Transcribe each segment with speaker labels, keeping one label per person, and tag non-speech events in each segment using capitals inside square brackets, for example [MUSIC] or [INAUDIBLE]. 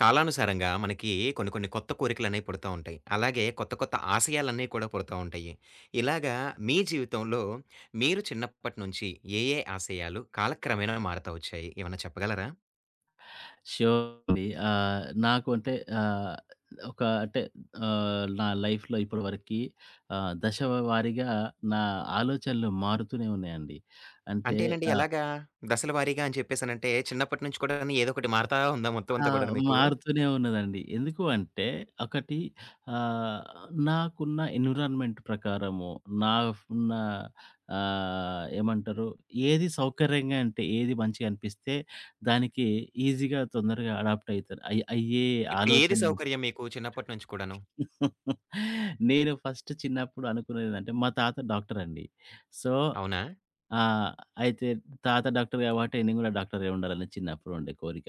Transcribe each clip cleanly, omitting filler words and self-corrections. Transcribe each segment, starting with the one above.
Speaker 1: కాలానుసారంగా మనకి కొన్ని కొన్ని కొత్త కోరికలనేవి పుడతా ఉంటాయి. అలాగే కొత్త కొత్త ఆశయాలన్నీ కూడా పుడతా ఉంటాయి. ఇలాగా మీ జీవితంలో మీరు చిన్నప్పటి నుంచి ఏ ఏ ఆశయాలు కాలక్రమేణా మారతా వచ్చాయి? ఏమన్నా చెప్పగలరా?
Speaker 2: ష్యూర్ అండి. నాకు అంటే ఆహ్, ఒక అంటే ఆహ్, నా లైఫ్‌లో ఇప్పటివరకి దశ వారీగా నా ఆలోచనలు మారుతూనే ఉన్నాయండి. అంటే
Speaker 1: అంటేనండి
Speaker 2: ఆహ్,
Speaker 1: ఎలాగా? దశల వారీగా అని చెప్పేసనంటే చిన్నప్పటి నుంచి కూడాను ఏదో ఒకటి మారతా ఉందా మొత్తం
Speaker 2: ఆ!
Speaker 1: అంతా కూడాను మీకు?
Speaker 2: మారుతూనే ఉన్నదండి. ఎందుకు అంటే ఒకటి ఆహ్, నాకున్న ఎన్విరాన్మెంట్ ప్రకారము నాకున్న ఏమంటారు, ఏది సౌకర్యంగా అంటే ఏది మంచిగా అనిపిస్తే దానికి ఈజీగా తొందరగా అడాప్ట్ అయితాను. అయ్యే
Speaker 1: ఇప్పుడు ఏది
Speaker 2: ఆలోచనలు.
Speaker 1: సౌకర్యం మీకు చిన్నప్పటి నుంచి కూడాను?
Speaker 2: నేను ఫస్ట్ చిన్నప్పుడు అనుకునేదేంటంటే, మా తాత డాక్టరండి. సో,
Speaker 1: అవునా?
Speaker 2: ఆహ్, అయితే తాత డాక్టర్ కాబట్టి నేను గూడా డాక్టరే ఉండాలని చిన్నప్పుడు ఉండే కోరిక.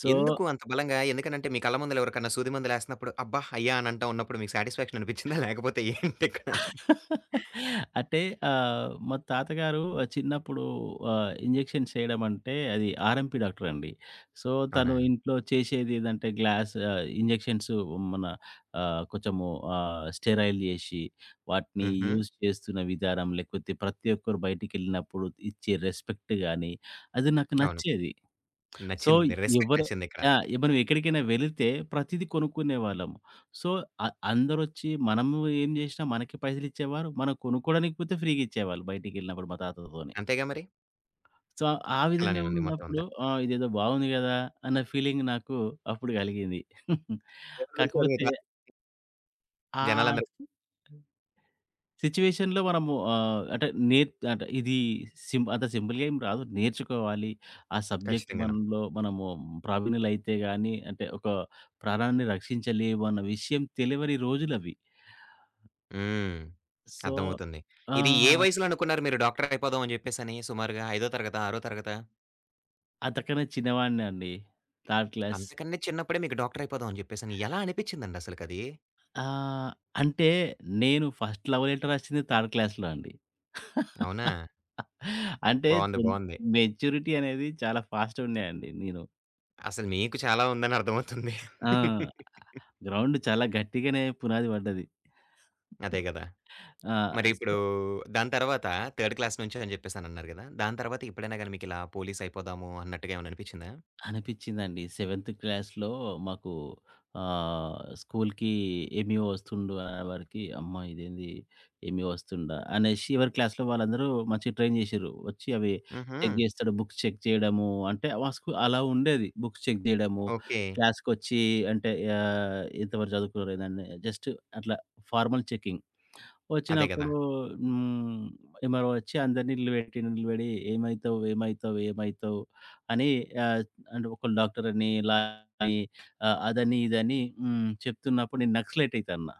Speaker 2: సో,
Speaker 1: ఎందుకు అంత బలంగా? ఎందుకనంటే మీ కళ్ళ ముందల ఎవరికన్నా సూది మందులేస్తన్నప్పుడు అబ్బా! అయ్యా! అని అంటా ఉన్నప్పుడు మీకు సాటిస్‌ఫాక్షన్ అనిపించిందా? లేకపోతే ఏంటిక్కడ?
Speaker 2: అంటే మా తాతగారు చిన్నప్పుడు ఇంజెక్షన్స్ చేయడం అంటే అది ఆర్ఎంపీ డాక్టర్ అండి. సో, తను
Speaker 1: అవునా?
Speaker 2: ఇంట్లో చేసేది ఏదంటే గ్లాస్ ఇంజెక్షన్స్ మన కొంచెము స్టెరైల్ చేసి వాటిని
Speaker 1: హుహు.
Speaker 2: యూజ్ చేస్తున్న విధానం, లేకపోతే ప్రతి ఒక్కరు బయటికెళ్ళినప్పుడు ఇచ్చే రెస్పెక్ట్ గాని, అది నాకు
Speaker 1: అవును.
Speaker 2: నచ్చేది. సో,
Speaker 1: నచ్చింది. రెస్పెక్ట్
Speaker 2: ఎవరు,
Speaker 1: నచ్చిందిక్కడ.
Speaker 2: యాహ్! ఇప్పుడు మనం ఎక్కడికైనా వెళితే ప్రతీదీ కొనుక్కునేవాళ్ళము. సో, అందరొచ్చి మనము ఏం జేసినా మనకి పైసలిచ్చేవారు. మనం కొనుక్కోవడానికి పోతే ఫ్రీగా ఇచ్చేవాళ్ళు బయటికెళ్ళినప్పుడు మా తాతతోని.
Speaker 1: అంతేగా మరి.
Speaker 2: సో, ఆ ఆ విధంగా
Speaker 1: అలానే ఉంది మొత్తం
Speaker 2: ఉన్నప్పుడు,
Speaker 1: అంతా.
Speaker 2: ఆ! ఇదేదో బాగుంది గదా అన్న ఫీలింగ్ నాకు అప్పుడు గలిగింది. [LAUGHS]
Speaker 1: ఎవరు పిలిచారు మీ
Speaker 2: కాకపోతే
Speaker 1: డాక్టర్
Speaker 2: ఆ
Speaker 1: జనాలందరూ
Speaker 2: సిట్యుయేషన్‌లో మనము, ఆహ్, అంటే నేర్ అంటే ఇది అంత సింపుల్‌గా ఏం రాదు. నేర్చుకోవాలి. ఆ సబ్జెక్ట్
Speaker 1: ఖచ్చితంగాను.
Speaker 2: మనలో మనము ప్రావీణ్యులైతే గాని, అంటే ఒక ప్రాణాన్ని రక్షించలేము అన్న విషయం తెలవని రోజులవి.
Speaker 1: హ్మ్.
Speaker 2: సో,
Speaker 1: అర్థమవుతుంది.
Speaker 2: ఆ!
Speaker 1: ఇది ఏ వయసులో అనుకున్నారు మీరు డాక్టర్ అయిపోదాం అని జెప్పేసని సుమారుగా ఐదో తరగతా? ఆరో తరగతా?
Speaker 2: అంతకన్నా చిన్నవాడినే అండి. Third class.
Speaker 1: అంతకన్నా చిన్నప్పుడే మీకు డాక్టర్ అయిపోదాం అని జెప్పేసని ఎలా అనిపిచ్చిందండి అసలకది?
Speaker 2: ఆహ్, అంటే, నేను ఫస్ట్ లవ్ లెటర్ రాసింది థర్డ్ క్లాస్‌లో అండి.
Speaker 1: అవునా?
Speaker 2: [LAUGHS] అంటే
Speaker 1: బావుంది. బావుంది.
Speaker 2: మెచ్యూరిటీ అనేది చాలా ఫాస్ట్‌గా ఉన్నాయండి నేను.
Speaker 1: అసలు మీకు చాలా ఉందని అర్థమవుతుంది.
Speaker 2: ఆ! గ్రౌండ్ చాలా గట్టిగానే పునాది పడ్డది.
Speaker 1: అదే గదా!
Speaker 2: ఆ!
Speaker 1: మరి ఇప్పుడు
Speaker 2: సో,
Speaker 1: దాని తర్వాత థర్డ్ క్లాస్ నుంచి అని జెప్పేసనన్నారు గదా! దాని తర్వాత ఎప్పుడైనా గాని మీకిలా పోలీస్ అయిపోదాము అన్నట్టుగా ఏమన్నా అనిపిచ్చిందా?
Speaker 2: అనిపిచ్చిందండి. సెవెంత్ క్లాస్‌లో మాకు స్కూల్‌కి ఎంఈఓ వస్తుండు అనేవరకి, అమ్మ ఇదేంది, ఎంఈఓ వస్తుండా అనేసి ఎవరి క్లాస్‌లో వాళ్ళందరూ మంచిగా ట్రైన్ చేసిర్రు. వచ్చి అవి
Speaker 1: హుహు.
Speaker 2: చెక్ చేస్తాడు. బుక్స్ చెక్ చేయడము అంటే, మా అలా ఉండేది. బుక్స్ చెక్ చేయడము,
Speaker 1: ఓకే.
Speaker 2: క్లాస్‌కొచ్చి అంటే ఎంతవరకు చదువుకున్నారు ఏందని జస్ట్ అట్లా ఫార్మల్ చెకింగ్
Speaker 1: అదే గదా!
Speaker 2: వచ్చినప్పుడు. హ్మ్. ఎవరో వచ్చి అందరిని నిలబెట్టి, నిలబెడి "ఏమైతావు? ఏమైతావు? ఏమైతావు?" అని, ఆహ్, అంటే ఒకళ్ళు డాక్టర్ అని, ఇలా అని, అదని, ఇదని చెప్తున్నప్పుడు నేను నక్సలైట్ అయితా అన్న.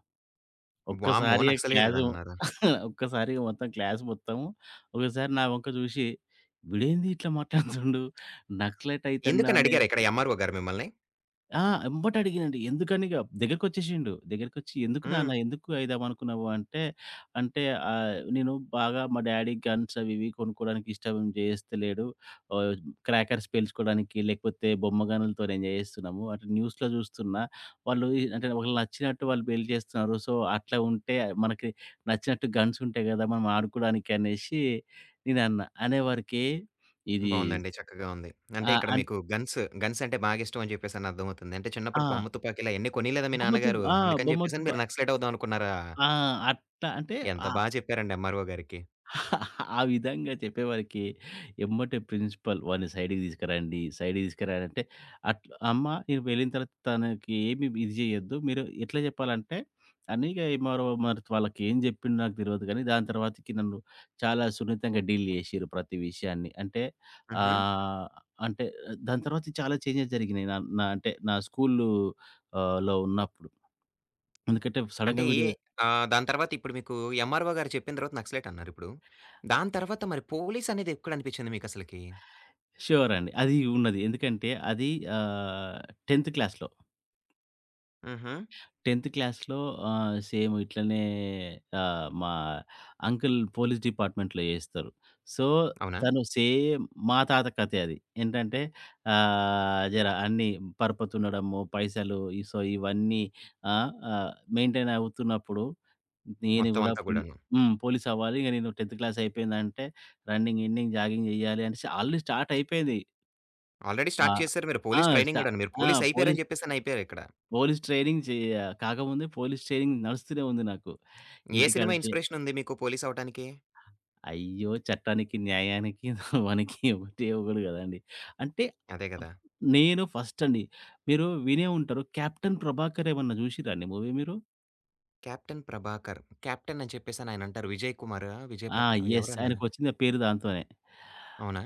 Speaker 1: వామ్మో!
Speaker 2: ఒక్కసారిగా క్లాసు
Speaker 1: నక్సలైటన్నారు.
Speaker 2: [LAUGHS] ఒక్కసారిగా మొత్తం క్లాస్ మొత్తము ఒకసారి నా వంక చూసి, "వీడేంది ఇట్లా మాట్లాడుతుండు? నక్సలైట్ అయితండు"
Speaker 1: ఎందుకని
Speaker 2: అనే.
Speaker 1: అడిగారా ఇక్కడ ఎంఆర్‌ఓ గారు మిమ్మల్ని?
Speaker 2: ఆ! ఎంబట అడిగానండి. దగ్గరకొచ్చేసిండు. దగ్గరకొచ్చి, "ఎందుకు నాన్న,
Speaker 1: హ్మ్.
Speaker 2: ఎందుకు ఐదాం అనుకున్నావు?" అంటే, అంటే నేను బాగా, మా డ్యాడీ గన్స్ అవి ఇవి కొనుక్కోవడానికి ఇష్టం చేస్తలేడు. ఆహ్, క్రాకర్స్ పేల్చుకోవడానికి లేకపోతే బొమ్మ గనులతో నేను చేస్తున్నాము. అంటే న్యూస్‌లో చూస్తున్నా వాళ్ళు ఈ అంటే వాళ్ళకి నచ్చినట్టు వాళ్ళు పేల్చేస్తున్నారు. సో, అట్లా ఉంటే మనకి నచ్చినట్టు గన్స్ ఉంటాయి కదా, మనం ఆడుకోవడానికి అనేసి నేనన్నా. అనేవరకి ఇది
Speaker 1: బావుందండి. చక్కగా ఉంది. అంటే
Speaker 2: ఆ!
Speaker 1: ఇక్కడ
Speaker 2: అన్
Speaker 1: మీకు గన్స్, అంటే బాగా ఇష్టం అని చెప్పేసని అర్థమవుతుంది. అంటే చిన్నప్పుడు
Speaker 2: ఆ!
Speaker 1: బొమ్మ తుపాకీలు అయన్నీ కొనీయలేదా మీ
Speaker 2: బొమ్మ తుం
Speaker 1: నాన్నగారు?
Speaker 2: ఆ!
Speaker 1: అందుకని
Speaker 2: బొమ్మ తుం
Speaker 1: చెప్పేసని మీరు నక్సలైట్ అవుదాం అనుకున్నారా?
Speaker 2: ఆ! అట్లా అంటే
Speaker 1: ఎంత
Speaker 2: ఆహ్,
Speaker 1: బా చెప్పారండి ఎంఆర్‌ఓ గారికి.
Speaker 2: ఆ విధంగా చెప్పేవారికి ఎమ్మటే ప్రిన్సిపల్, వాడిని సైడ్‌కి తీసుకురండి, సైడ్‌కి తీసుకురండి అంటే, అట్లా అమ్మ నేను వెళ్ళిన తర్వాత తనకి ఏమి ఇది చేయొద్దు, మీరు ఎట్లా చెప్పాలంటే అని, ఇగ మరి వాళ్ళకి ఏం చెప్పిండో నాకు తెలవదు కానీ దాని తర్వాతకి నన్ను చాలా సున్నితంగా డీల్ చేసిర్రు ప్రతి విషయాన్ని. అంటే
Speaker 1: హుహు.
Speaker 2: ఆహ్, అంటే దాని తర్వాత చాలా చేంజెస్ జరిగినాయి. నా నా అంటే నా స్కూలు లో ఉన్నప్పుడు. ఎందుకంటే
Speaker 1: అంటే
Speaker 2: సడెన్‌గా వీడు.
Speaker 1: ఏ దాని తర్వాత ఇప్పుడు మీకు ఎంఆర్‌ఓ గారు చెప్పిన తర్వాత నక్సలైట్ అన్నారిప్పుడు. దాని తర్వాత మరి పోలీస్ అనేది ఎక్కడనిపించింది మీకసలకి?
Speaker 2: ష్యూర్ అండి. అది ఉన్నది. ఎందుకంటే అది ఆహ్, 10థ్ క్లాస్‌లో,
Speaker 1: హుహు.
Speaker 2: 10థ్ క్లాస్‌లో సేమ్ ఇట్లనే, మా అంకుల్ పోలీస్ డిపార్ట్మెంట్‌లో చేస్తారు. సో,
Speaker 1: అవునా?
Speaker 2: తను సేమ్ మా తాత కథే అది. ఏంటంటే జర అన్నీ పరపతుండడము, పైసలు సో, ఇవన్నీ ఆ! ఆహ్, మెయింటైన్ అవుతున్నప్పుడు నేను
Speaker 1: మొత్తం
Speaker 2: గూడా
Speaker 1: అంతా కూడాను.
Speaker 2: హ్మ్, పోలీస్ అవ్వాలి. ఇగ నేను 10థ్ క్లాస్ అయిపోయిందంటే రన్నింగ్, గిన్నింగ్, జాగింగ్ చేయాలి అనేసి ఆల్రెడీ స్టార్ట్ అయిపోయింది.
Speaker 1: ఆల్రెడీ
Speaker 2: ఆ!
Speaker 1: స్టార్ట్ చేశారు మీరు
Speaker 2: ఆ!
Speaker 1: పోలీస్ ట్రైనింగ్
Speaker 2: స్టా
Speaker 1: గూడాను. మీరు
Speaker 2: ఆ!
Speaker 1: పోలీస్ అయిపోయారని
Speaker 2: పోలీస్
Speaker 1: జెప్పేసని అయిపోయారిక్కడ.
Speaker 2: పోలీస్ ట్రైనింగ్ చే కాకముందే పోలీస్ ట్రైనింగ్ నడుస్తూనే ఉంది నాకు
Speaker 1: ఏ
Speaker 2: ఇంటికాడ
Speaker 1: సినిమా
Speaker 2: నుంచి.
Speaker 1: ఇన్‌స్పిరేషన్ ఉంది మీకు పోలీస్ అవ్వటానికి?
Speaker 2: అయ్యో, చట్టానికి న్యాయానికి మనకి ఒకటే ఒకడు కదండీ. అంటే
Speaker 1: అదే గదా!
Speaker 2: నేను ఫస్ట్ అండి. మీరు వినే ఉంటారు, 'కెప్టెన్ ప్రభాకర్' ఏమన్నా చూసిర్రా అండి మూవీ మీరు?
Speaker 1: 'కెప్టెన్ ప్రభాకర్'. కెప్టెన్ అని చెప్పేసని ఆయనంటారు. 'విజయ్ కుమారా? విజయ్
Speaker 2: ఆ!
Speaker 1: ప్రకా
Speaker 2: యెస్.
Speaker 1: ఎవరన్నా?
Speaker 2: ఆయనకొచ్చింది ఆ పేరు దాంతోనే.
Speaker 1: అవునా?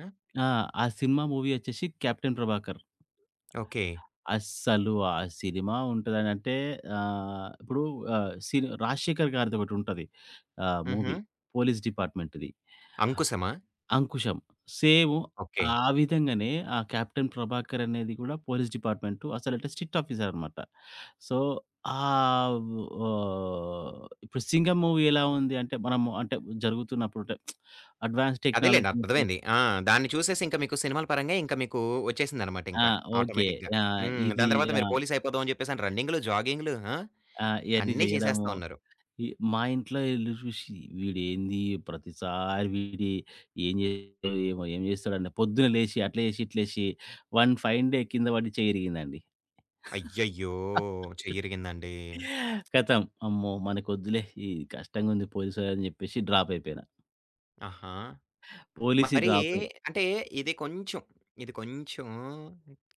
Speaker 2: ఆ! ఆ సినిమా మూవీ వచ్చేసి 'కెప్టెన్ ప్రభాకర్.'
Speaker 1: ఓకే.
Speaker 2: అస్సలు ఆ సినిమా ఉంటదనంటే ఇప్పుడు ఆహ్, సిని 'రాజశేఖర్' గారిది ఒకటుంటది,
Speaker 1: హుహు.
Speaker 2: మూవీ, పోలీస్ డిపార్ట్‌మెంట్‌ది.
Speaker 1: 'అంకుశమా?'
Speaker 2: 'Ankusam', same
Speaker 1: okay.
Speaker 2: ఆ విధంగానే ఆ కెప్టెన్ 'ప్రభాకర్' అనేది గూడా పోలీస్ డిపార్ట్‌మెంటు, అసలంటే స్ట్రిక్ట్ ఆఫీసర్ అనమాట. సో, ఆహ్, ఓహ్, ఇప్పుడు 'సింగం' మూవీ ఎలా ఉంది అంటే, మనము అంటే జరుగుతున్నప్పుడు అంటే అడ్వాన్స్
Speaker 1: అదేలెండి
Speaker 2: టెక్నాలజీ.
Speaker 1: అర్థమైంది. ఆ! దాన్ని చూసేసి ఇంక మీకు సినిమాల పరంగా ఇంక మీకు వచ్చేసిందనమాట
Speaker 2: ఆ!
Speaker 1: ఇంకా
Speaker 2: ఓకే.
Speaker 1: ఆటోమేటిక్‌గా.
Speaker 2: ఆ!
Speaker 1: హ్మ్.
Speaker 2: ఇది
Speaker 1: దాని తర్వాత
Speaker 2: ఆ!
Speaker 1: మీరు పోలీస్ అయిపోదాం అని జెప్పేసని రన్నింగ్‌లు, జాగింగ్‌లు ఆ!
Speaker 2: ఆ! ఇయన్నీ
Speaker 1: అన్నీ చేసేస్తా
Speaker 2: జేయడము,
Speaker 1: ఉన్నారు.
Speaker 2: ఈ మా ఇంట్లో ఎళ్లి చూసి, వీడేంది ప్రతిసారి, వీడు ఏం చేస్తాడో ఏమో, ఏం చేస్తాడండి. పొద్దున లేసి అట్లా చేసి, ఇట్లా చేసి వన్ ఫైన్ డే కింద పడి చెయ్యి ఇరిగిందండి.
Speaker 1: అయ్యయ్యో! చెయ్యిరిగిందండి.
Speaker 2: ఖతం. అమ్మో, మనకొద్దులే ఈ కష్టంగుంది పోలీస్ అని చెప్పేసి డ్రాప్ అయిపోయినా.
Speaker 1: ఆహా!
Speaker 2: పోలీస్
Speaker 1: మరి
Speaker 2: డ్రాప్ అయి.
Speaker 1: అంటే ఇది కొంచెం, ఇది కొంచెం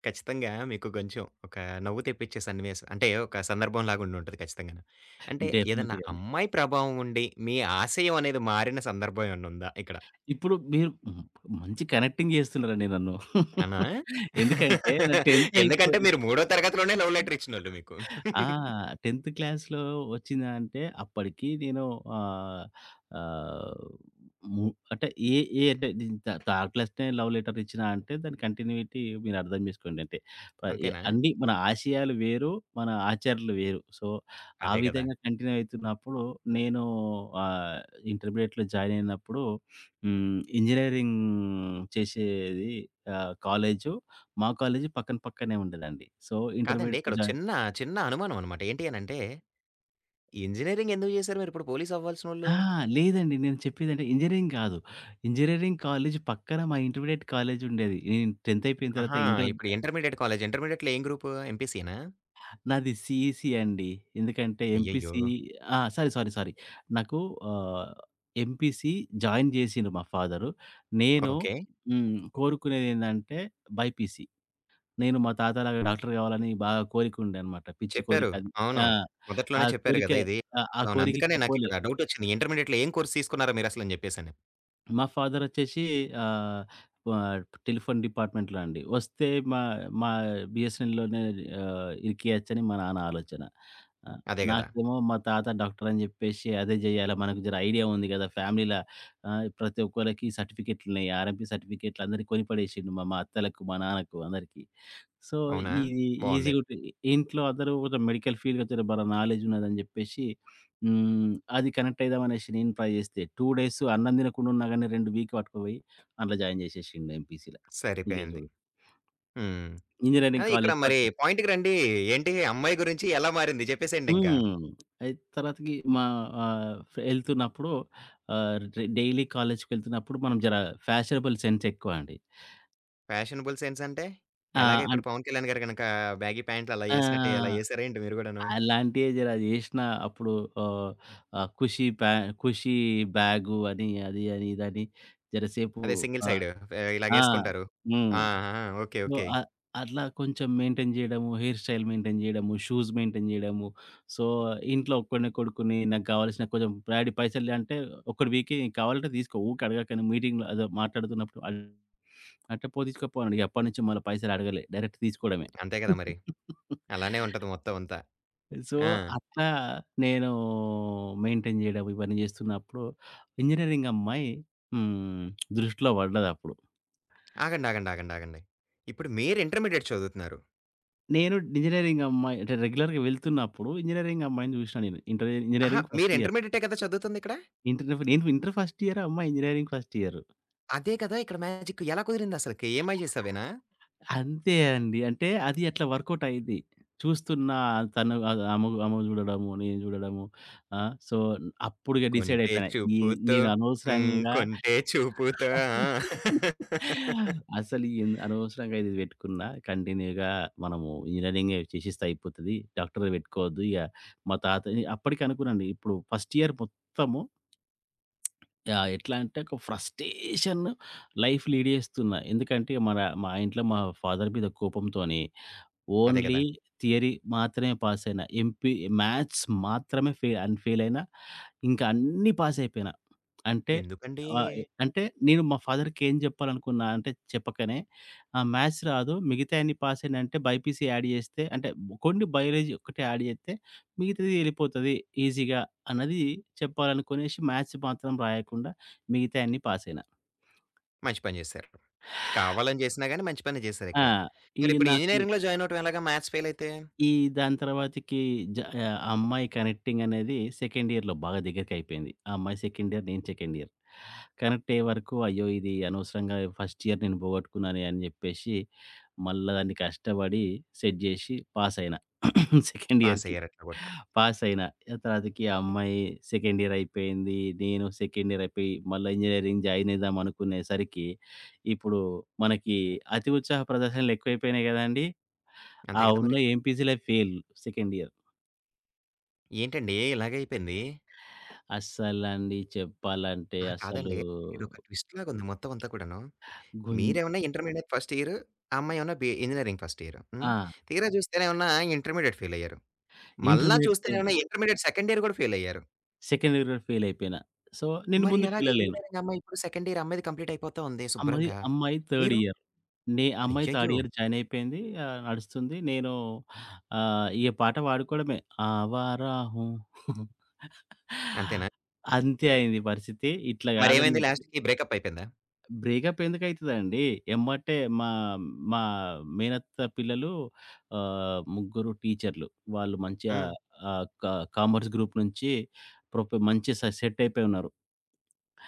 Speaker 1: ఖచ్చితంగా మీకు కొంచెం ఒక నవ్వు తెప్పిచ్చే సన్నివేశం అంటే ఒక సందర్భం లాగుండుంటది ఖచ్చితంగాను. అంటే ఏదన్నా
Speaker 2: డెఫినెట్‌గా అండి.
Speaker 1: అమ్మాయి ప్రభావం ఉండి మీ ఆశయం అనేది మారిన సందర్భం ఏమన్నుందా ఇక్కడ?
Speaker 2: ఇప్పుడు మీరు మంచి కనెక్టింగ్ చేస్తున్నారండి నన్ను.
Speaker 1: అనా?
Speaker 2: [LAUGHS] ఎందుకంటే నా 10థ్ అయిపో
Speaker 1: ఎందుకంటే మీరు మూడో తరగతిలోనే లవ్ లెటర్ ఇచ్చినోళ్ళు మీకు.
Speaker 2: ఆ! 10థ్ క్లాస్‌లో వచ్చిందంటే అప్పటికి నేను ఆహ్, ఆహ్, ము అంటే ఏ ఏ అంటే థ థర్డ్ క్లాస్‌నే లవ్ లెటర్ ఇచ్చినా అంటే దాని కంటిన్యూటీ మీరు అర్థం చేసుకోండి. అంటే ప ఎ
Speaker 1: అంతేనా?
Speaker 2: అన్నీ మన ఆశయాలు వేరు, మన ఆచారాలు వేరు. సో, ఆ
Speaker 1: అదే గదా!
Speaker 2: విధంగా కంటిన్యూ అవుతున్నప్పుడు నేను ఆహ్, ఇంటర్మీడియేట్‌లో జాయిన్ అయినప్పుడు, హ్మ్, ఇంజినీరింగ్ చేసేది కాలేజు, మా కాలేజీ పక్కనే ఉండేదండి. సో,
Speaker 1: కాదండి
Speaker 2: ఇంటర్మీడియేట్
Speaker 1: ఇక్కడ ఒక
Speaker 2: జాయిన్.
Speaker 1: చిన్న, చిన్న అనుమానమనమాట. ఏంటి అనంటే ఇంజినీరింగ్ ఎందుకు జేశారు మీరిప్పుడు పోలీస్
Speaker 2: ఆ!
Speaker 1: అవ్వాల్సినోళ్ళు?
Speaker 2: లేదండి, నేను చెప్పేదంటే ఇంజినీరింగ్ కాదు. ఇంజినీరింగ్ కాలేజ్ పక్కన మా ఇంటర్మీడియేట్ కాలేజ్ ఉండేది. నేను 10థ్ అయిపోయిన తర్వాత
Speaker 1: ఆహా!
Speaker 2: ఇంటర్.
Speaker 1: ఇప్పుడు ఇంటర్మీడియేట్ కాలేజ్. ఇంటర్మీడియేట్‌లో ఏం గ్రూపు? ఎంపీసీయేనా?
Speaker 2: నాది సీఈసీ అండి. ఎందుకంటే
Speaker 1: అయ్యయ్యో!
Speaker 2: ఎంపీసీ ఆ! Sorry, sorry, sorry. నాకు ఆహ్, ఎంపీసీ జాయిన్ చేసిండు మా ఫాదరు. నేను
Speaker 1: ఓకే.
Speaker 2: హ్మ్ కోరుకునేదేందంటే బైపీసీ. నేను మా తాతలాగా డాక్టర్ కావాలని బాగా కోరికుండే అనమాట. పిచ్చి కోరిక
Speaker 1: చెప్పారు.
Speaker 2: అది.
Speaker 1: అవును.
Speaker 2: ఆ! ఆ
Speaker 1: మొదట్లోనే చెప్పారు
Speaker 2: కోరిక
Speaker 1: గదా! ఇది.
Speaker 2: ఆ! ఆ
Speaker 1: అవును.
Speaker 2: కోరిక
Speaker 1: అందుకనే
Speaker 2: ఇక
Speaker 1: నాకిక్కడ
Speaker 2: పోలేదు.
Speaker 1: డౌటొచ్చింది. ఇంటర్మీడియేట్‌లో ఏం కోర్స్ తీసుకున్నారా మీరసలని జెప్పేసని.
Speaker 2: మా ఫాదరొచ్చేసి ఆహ్, ఆహ్, టెలిఫోన్ డిపార్ట్‌మెంట్‌లో అండి. వస్తే మా మా బీఎస్ఎన్ఎల్‌లోనే ఇరికియొచ్చని మా నాన్న ఆలోచన. ఆహ్,
Speaker 1: అదే గదా!
Speaker 2: నాకేమో మా తాత డాక్టరని జెప్పేసి అదే జేయాలా, మనకు జర ఐడియా ఉంది గదా ఫ్యామిలీల. ప్రతి ఒక్కళ్ళకి సర్టిఫికెట్లున్నాయి. ఆర్ఎంపీ సర్టిఫికెట్లు అందరియి కొనిపడేసిండు, మా మా అత్తలకు, మా నాన్నకు అందరికీ. సో,
Speaker 1: అవునా?
Speaker 2: ఇది
Speaker 1: బావుంది.
Speaker 2: ఈజీగా ఉంటుంది. ఇంట్లో అందరూ కొంచెం మెడికల్ ఫీల్డ్‌కి వచ్చారు. బాగా నాలెడ్జ్ ఉన్నదని చెప్పేసి అది కనెక్ట్ అయిదామనేసి నేను ట్రై చేస్తే 2 డేస్ అన్నం తినకుండా ఉన్నా గాని 2 వీక్ పట్టుకుపోయి అందులో జాయిన్ చేసేసిండు ఎంపీసీ‌ల. ఇగ
Speaker 1: సరిపోయింది.
Speaker 2: చూడు,
Speaker 1: హ్మ్. ఆ!
Speaker 2: ఇంజినీరింగ్
Speaker 1: ఇక్కడ
Speaker 2: కాలేజ్
Speaker 1: మరి
Speaker 2: పక్కన.
Speaker 1: పాయింట్‌కి రండి. ఏంటి అమ్మాయి గురించి ఎలా మారింది జెప్పేసేయండింకా.
Speaker 2: హ్మ్. అయి తర్వాతకి మా ఆహ్, ఎళ్తున్నప్పుడు, ఆహ్, డైలీ కాలేజ్‌కెళ్తున్నప్పుడు, మనం జర ఫ్యాషనబుల్ సెన్స్ ఎక్కువ అండి.
Speaker 1: ఫ్యాషనబుల్ సెన్స్ అంటే?
Speaker 2: ఆ!
Speaker 1: ఎలాగ
Speaker 2: అన్
Speaker 1: ఇప్పుడు 'పవన్ కళ్యాణ్' గారు గనక బ్యాగీ ప్యాంట్లు అలా యేసినట్టే అలా
Speaker 2: ఆ!
Speaker 1: యేసారా ఏంటి మీరు గూడాను?
Speaker 2: అలాంటియే జర జేషినా. అప్పుడు ఆహ్, ఆహ్, ఖుషీ ప్యా ఖుషీ బ్యాగు అని, అది అని, ఇదని, జరసేపు
Speaker 1: అదే సింగిల్
Speaker 2: ఆహ్,
Speaker 1: సైడ్. ఆహ్,
Speaker 2: ఆ!
Speaker 1: ఇలాగేసుకుంటారు.
Speaker 2: హ్మ్.
Speaker 1: ఆ! ఆ! ఓకే.
Speaker 2: So,
Speaker 1: okay.
Speaker 2: అట్లా కొంచెం మెయింటైన్ జేయడము, హెయిర్ స్టైల్ మెయింటైన్ జేయడము, షూస్ మెయింటైన్ జేయడము. సో, ఇంట్లో ఒక్కడినే కొడుకుని, నాకు గావాల్సిన కొంచెం డాడీ పైసలు అంటే, ఒక్కడివికి కావాలంటే తీసుకో, ఊకే అడగకని, మీటింగ్‌లో అదో మాట్లాడుతున్నప్పుడు అడ్ అంటే పో తీసుకోపో అని అడిగా. అప్పటినుంచి మళ్ళా పైసలు అడగలే, డైరెక్ట్ తీసుకోవడమే.
Speaker 1: అంతే కదా మరి. అలానే
Speaker 2: [LAUGHS]
Speaker 1: ఉంటది మొత్తం అంతా.
Speaker 2: సో,
Speaker 1: ఆ!
Speaker 2: అట్లా నేను మెయింటైన్ జేయడం ఇవన్నీ జేస్తున్నప్పుడు ఇంజినీరింగ్ అమ్మాయి హ్మ్. దృష్టిలో పడ్డదప్పుడు.
Speaker 1: ఆగండి. ఇప్పుడు మీరు ఇంటర్మీడియేట్ చదువుతున్నారు.
Speaker 2: నేను ఇంజినీరింగ్ అమ్మాయి అంటే రెగ్యులర్‌గా వెళ్తున్నప్పుడు ఇంజినీరింగ్ అమ్మాయిని జూషినా నేను. ఇంటర్
Speaker 1: అహా!
Speaker 2: ఇంజినీరింగ్
Speaker 1: మీరు
Speaker 2: ఫస్ట్ ఇయర్.
Speaker 1: ఇంటర్మీడియేటే కదా చదువుతుందిక్కడ?
Speaker 2: నేను ఇంటర్ ఫస్ట్ ఇయర్, అమ్మాయి ఇంజినీరింగ్ ఫస్ట్ ఇయర్.
Speaker 1: అదే కదా ఇక్కడ మ్యాజిక్. ఎలా కుదిరిందసలకి? ఏమై చేసావేనా?
Speaker 2: అంతే అండి. అంటే అది అట్లా వర్కౌట్ అయ్యిద్ది. చూస్తున్నా, తను ఆమె, జూడడము, నేను జూడడము. ఆ! సో, అప్పుడిగా డిసైడ్
Speaker 1: కొంటే
Speaker 2: అయిపోయినా. ఈ
Speaker 1: చూపుతో
Speaker 2: నేను
Speaker 1: హ్మ్.
Speaker 2: అనవసరంగా
Speaker 1: కొంటే చూపుతో ఆ!
Speaker 2: అసలు ఈ ఎన్ అనవసరంగా ఇది పెట్టుకున్నా కంటిన్యూగా మనము ఇంజినీరింగే చేసేస్తే అయిపోతది. డాక్టర్ పెట్టుకోవద్దు, ఇగ మా తాత, అప్పటికి అనుకున్నానండి. ఇప్పుడు ఫస్ట్ ఇయర్ మొత్తము ఎట్లా అంటే ఒక ఫ్రస్ట్రేషన్ లైఫ్ లీడ్ చేస్తున్నా. ఎందుకంటే మా ఇంట్లో మా ఫాదర్ మీద కోపంతోని
Speaker 1: అదే
Speaker 2: ఓన్లీ
Speaker 1: కదా!
Speaker 2: థియరీ మాత్రమే పాస్ అయినా. మ్యాథ్స్ మాత్రమే ఫె అండ్ ఫెయిల్ అయినా, ఇంకా అన్నీ పాస్ అయిపోయినా. అంటే
Speaker 1: ఎందుకండి?
Speaker 2: ఆహ్, ఎ అంటే నేను మా ఫాదర్‌కి ఏం జెప్పాలనుకున్నా అంటే, చెప్పకనే మ్యాథ్స్ రాదు మిగతాయన్ని పాస్ అయినంటే బైపీసీ యాడ్ జేస్తే, అంటే కొన్ని బయాలజీ ఒక్కటే యాడ్ జేస్తే మిగతాది ఎళ్ళిపోతది ఈజీగా అన్నది చెప్పాలనుకునేసి, మ్యాథ్స్ మాత్రం రాయకుండా మిగతాయన్ని పాస్ అయినా.
Speaker 1: మంచి పని చేశారు. కావాలని చేసినా గాని మంచి పనే
Speaker 2: ఆ!
Speaker 1: చేశారిక్కడ.
Speaker 2: ఈ
Speaker 1: మరిప్పుడు
Speaker 2: నాకు
Speaker 1: ఇంజినీరింగ్‌లో జాయిన్ అవ్వటం ఎలాగా మ్యాథ్స్ ఫెయిల్ అయితే?
Speaker 2: ఈ దాని తర్వాతకి జ ఆహ్, ఆ అమ్మాయి కనెక్టింగ్ అనేది సెకండ్ ఇయర్‌లో బాగా దగ్గరికయిపోయింది. ఆ అమ్మాయి సెకండ్ ఇయర్, నేను సెకండ్ ఇయర్. కనెక్ట్ అయ్యే వరకు, అయ్యో ఇది అనవసరంగా ఫస్ట్ ఇయర్ నేను పోగొట్టుకున్నానే అని చెప్పేసి, మళ్ళా దాన్ని కష్టపడి సెట్ జేసి పాసయినా. [CLEARS THROAT] సెకండ్ ఇయర్‌కి
Speaker 1: పాసయ్యారు ఎట్లాగొట్ట.
Speaker 2: పాసయినా. ఆ తర్వాతకి ఆ అమ్మాయి సెకండ్ ఇయర్ అయిపోయింది. నేను సెకండ్ ఇయర్ అయిపోయి మళ్ళా ఇంజినీరింగ్ జాయిన్ అయిదాం అనుకునేసరికి, ఇప్పుడు మనకి అతి ఉత్సాహ ప్రదర్శనలు ఎక్కువైపోయినాయి గదండీ! ఆ!
Speaker 1: అంతే కదా
Speaker 2: ఉన్న
Speaker 1: మరి.
Speaker 2: ఎంపీసీ‌లే ఫెయిల్ సెకండ్ ఇయర్.
Speaker 1: ఏంటండి ఇలాగైపోయింది?
Speaker 2: అస్సలండి చెప్పాలంటే
Speaker 1: అహా!
Speaker 2: అసలు
Speaker 1: కాదండి. ఇదొక ట్విస్ట్ లాగుంది మొత్తం అంతా కూడాను.
Speaker 2: గున్
Speaker 1: మీరేమన్నా ఇంటర్మీడియేట్ ఫస్ట్ ఇయర్, ఆ అమ్మాయేమన్నా బి ఇంజినీరింగ్ ఫస్ట్ ఇయర్. హ్మ్.
Speaker 2: ఆ!
Speaker 1: తీరా చూస్తేనేమన్నా ఇంటర్మీడియేట్ ఫెయిలయ్యారు. మళ్ళా
Speaker 2: ఇంటర్మీడియేట్ ఫెయిల్.
Speaker 1: చూస్తేనేమన్నా ఇంటర్మీడియేట్ సెకండ్ ఇయర్ కూడా ఫెయిలయ్యారు.
Speaker 2: సెకండ్ ఇయర్ కూడా ఫెయిల్ అయిపోయినా. సో, నేను
Speaker 1: మరి ఎలాగా
Speaker 2: ముందుకెళ్ళలేను.
Speaker 1: ఇంజినీరింగ్ అమ్మాయి ఇప్పుడు సెకండ్ ఇయర్ అమ్మాయిది కంప్లీట్ అయిపోతా ఉంది
Speaker 2: అమ్మాయి
Speaker 1: శుభ్రంగా.
Speaker 2: అమ్మాయి థర్డ్
Speaker 1: మీరు
Speaker 2: ఇయర్. అమ్మాయి థర్డ్
Speaker 1: అయ్యయ్యో!
Speaker 2: ఇయర్ జాయిన్ అయిపోయింది. నడుస్తుంది. నేను ఈ పాట పాడుకోవడమే, ఆవారా హూ. [LAUGHS]
Speaker 1: అంతేనా?
Speaker 2: అంతే అయింది పరిస్థితి. ఇట్లా కాదని
Speaker 1: మరేమైంది
Speaker 2: చెప్పి,
Speaker 1: లాస్ట్‌కి బ్రేకప్ అయిపోయిందా?
Speaker 2: బ్రేకప్ ఎందుకయితదండి. ఎమ్మటే మా మా మేనత్త పిల్లలు ముగ్గురు టీచర్లు. వాళ్ళు మంచిగా
Speaker 1: హ్మ్.
Speaker 2: ఆహ్, క కామర్స్ గ్రూప్ నుంచి మంచి సెట్ అయిపోయి ఉన్నారు.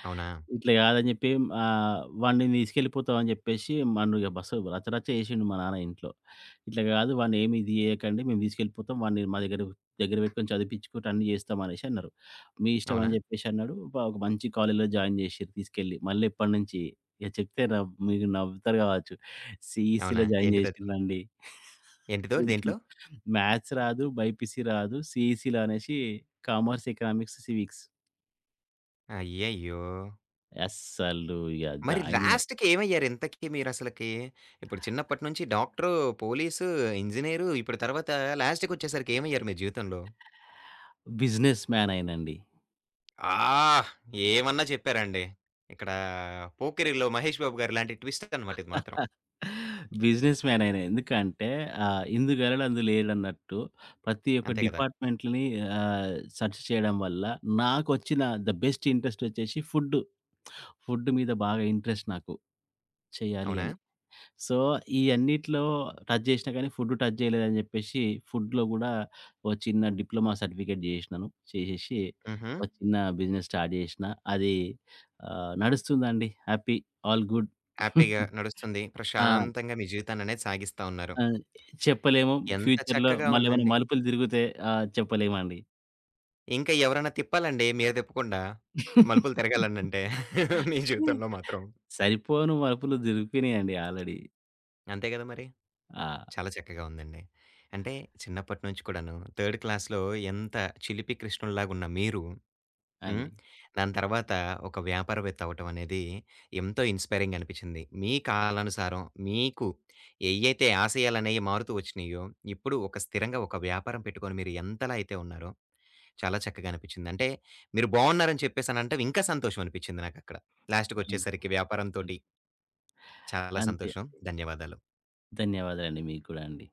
Speaker 1: అవునా?
Speaker 2: ఇట్లా కాదని చెప్పి, వాడిని తీసుకెళ్ళిపోతావని చెప్పేసి నన్ను ఇగ, బస్సు రచ్చరచ్చ చేసిండు మా నాన్న ఇంట్లో. ఇట్లా కాదు, వాడిని ఏమి ఇది చేయకండి, మేము తీసుకెళ్ళిపోతాం, వాడిని మా దగ్గర దగ్గర పెట్టుకొని చదివిపించుకుంటూ అన్నీ చేస్తాం అనేసి అన్నారు. మీ ఇష్టం
Speaker 1: అవునా?
Speaker 2: అని చెప్పేసి అన్నాడు. ఒక మంచి కాలేజ్‌లో జాయిన్ చేసిర్రు తీసుకెళ్ళి. మళ్ళీ ఎప్పటినుంచి ఇగ చెప్తే మీరు నవ్వుతారు కావచ్చు, సీఈసీలో
Speaker 1: అవునా?
Speaker 2: జాయిన్
Speaker 1: ఏంటిదది?
Speaker 2: చేసిర్రండి.
Speaker 1: ఏంటిదో
Speaker 2: వీడికి
Speaker 1: దేంట్లో?
Speaker 2: మ్యాథ్స్ రాదు, బైపీసీ రాదు, సీఈసీలో అనేసి కామర్స్, ఎకనామిక్స్, సివిక్స్.
Speaker 1: అయ్యయ్యో!
Speaker 2: అస్సలు ఇగ
Speaker 1: మరి
Speaker 2: జాయిన్
Speaker 1: లాస్ట్‌కి ఏమయ్యారు ఇంతకి మీరసలకి? ఇప్పుడు చిన్నప్పటి నుంచి డాక్టరు, పోలీసు, ఇంజినీరు ఇప్పుడు తర్వాత లాస్ట్‌కొచ్చేసరికి ఏమయ్యారు మీ జీవితంలో?
Speaker 2: బిజినెస్ మ్యాన్ అయినండి.
Speaker 1: ఆ! ఏమన్నా చెప్పారండి. ఇక్కడ 'పోకిరి'లో 'మహేష్ బాబు' గారి లాంటి ట్విస్ట్ అనమాట ఇది మాత్రం.
Speaker 2: బిజినెస్ మ్యాన్ అయిన. ఎందుకంటే ఇందుగలడు అందులేడన్నట్టు ప్రతి ఒక్క
Speaker 1: అంతే కదా!
Speaker 2: డిపార్ట్‌మెంట్‌లని సెర్చ్ చేయడం వల్ల నాకొచ్చిన ద బెస్ట్ ఇంట్రెస్ట్ వచ్చేసి ఫుడ్. ఫుడ్ మీద బాగా ఇంట్రెస్ట్ నాకు, చేయాలి
Speaker 1: అవునా?
Speaker 2: అని. సో, ఈ అన్నిట్లో టచ్ చేసినా కానీ ఫుడ్ టచ్ చేయలేదని చెప్పేసి, ఫుడ్‌లో కూడా ఓ చిన్న డిప్లొమా సర్టిఫికేట్ చేసినాను. చేసేసి
Speaker 1: హుహు.
Speaker 2: ఒక చిన్న బిజినెస్ స్టార్ట్ చేసిన. అది నడుస్తుందండి. Happy, all good.
Speaker 1: హ్యాపీగా నడుస్తుంది.
Speaker 2: ఆ!
Speaker 1: ప్రశాంతంగా మీ జీవితాన్ననేది సాగిస్తా ఉన్నారు.
Speaker 2: ఆ! చెప్పలేము.
Speaker 1: ఎంత
Speaker 2: ఫ్యూచర్‌లో
Speaker 1: చక్కగా
Speaker 2: మళ్ళేమైనా
Speaker 1: ఉందండి.
Speaker 2: మలుపులు తిరిగితే చెప్పలేమండి.
Speaker 1: ఇంకా ఎవరైనా తిప్పాలండి మీరు తిప్పకుండా. మలుపులు తిరగాలనంటే మీ జీవితంలో మాత్రం.
Speaker 2: సరిపోను మలుపులు దొరికినాయండి ఆల్రెడీ.
Speaker 1: అంతే కదా మరి.
Speaker 2: ఆ!
Speaker 1: చాలా చక్కగా ఉందండి. అంటే చిన్నప్పటి నుంచి కూడాను, థర్డ్ క్లాస్‌లో ఎంత చిలిపి కృష్ణుడిలాగున్న మీరు, హ్మ్.
Speaker 2: అండి.
Speaker 1: దాని తర్వాత ఒక వ్యాపారవేత్త అవ్వటం అనేది ఎంతో ఇన్‌స్పైరింగ్ అనిపించింది. మీ కాలానుసారం మీకు ఏయైతే ఆశయాలనేవి మారుతూ వచ్చినాయో, ఇప్పుడు ఒక స్థిరంగా ఒక వ్యాపారం పెట్టుకొని మీరు ఎంతలా అయితే ఉన్నారో, చాలా చక్కగా అనిపించింది. అంటే మీరు బాగున్నారని చెప్పేసనంటే ఇంకా సంతోషం అనిపించింది నాకక్కడ.
Speaker 2: అంతే.
Speaker 1: లాస్ట్‌కొచ్చేసరికి
Speaker 2: అంతే.
Speaker 1: వ్యాపారంతోటి చాలా
Speaker 2: అంతే.
Speaker 1: సంతోషం. ధన్యవాదాలు.
Speaker 2: ధన్యవాదాలండి మీకు కూడా అండి.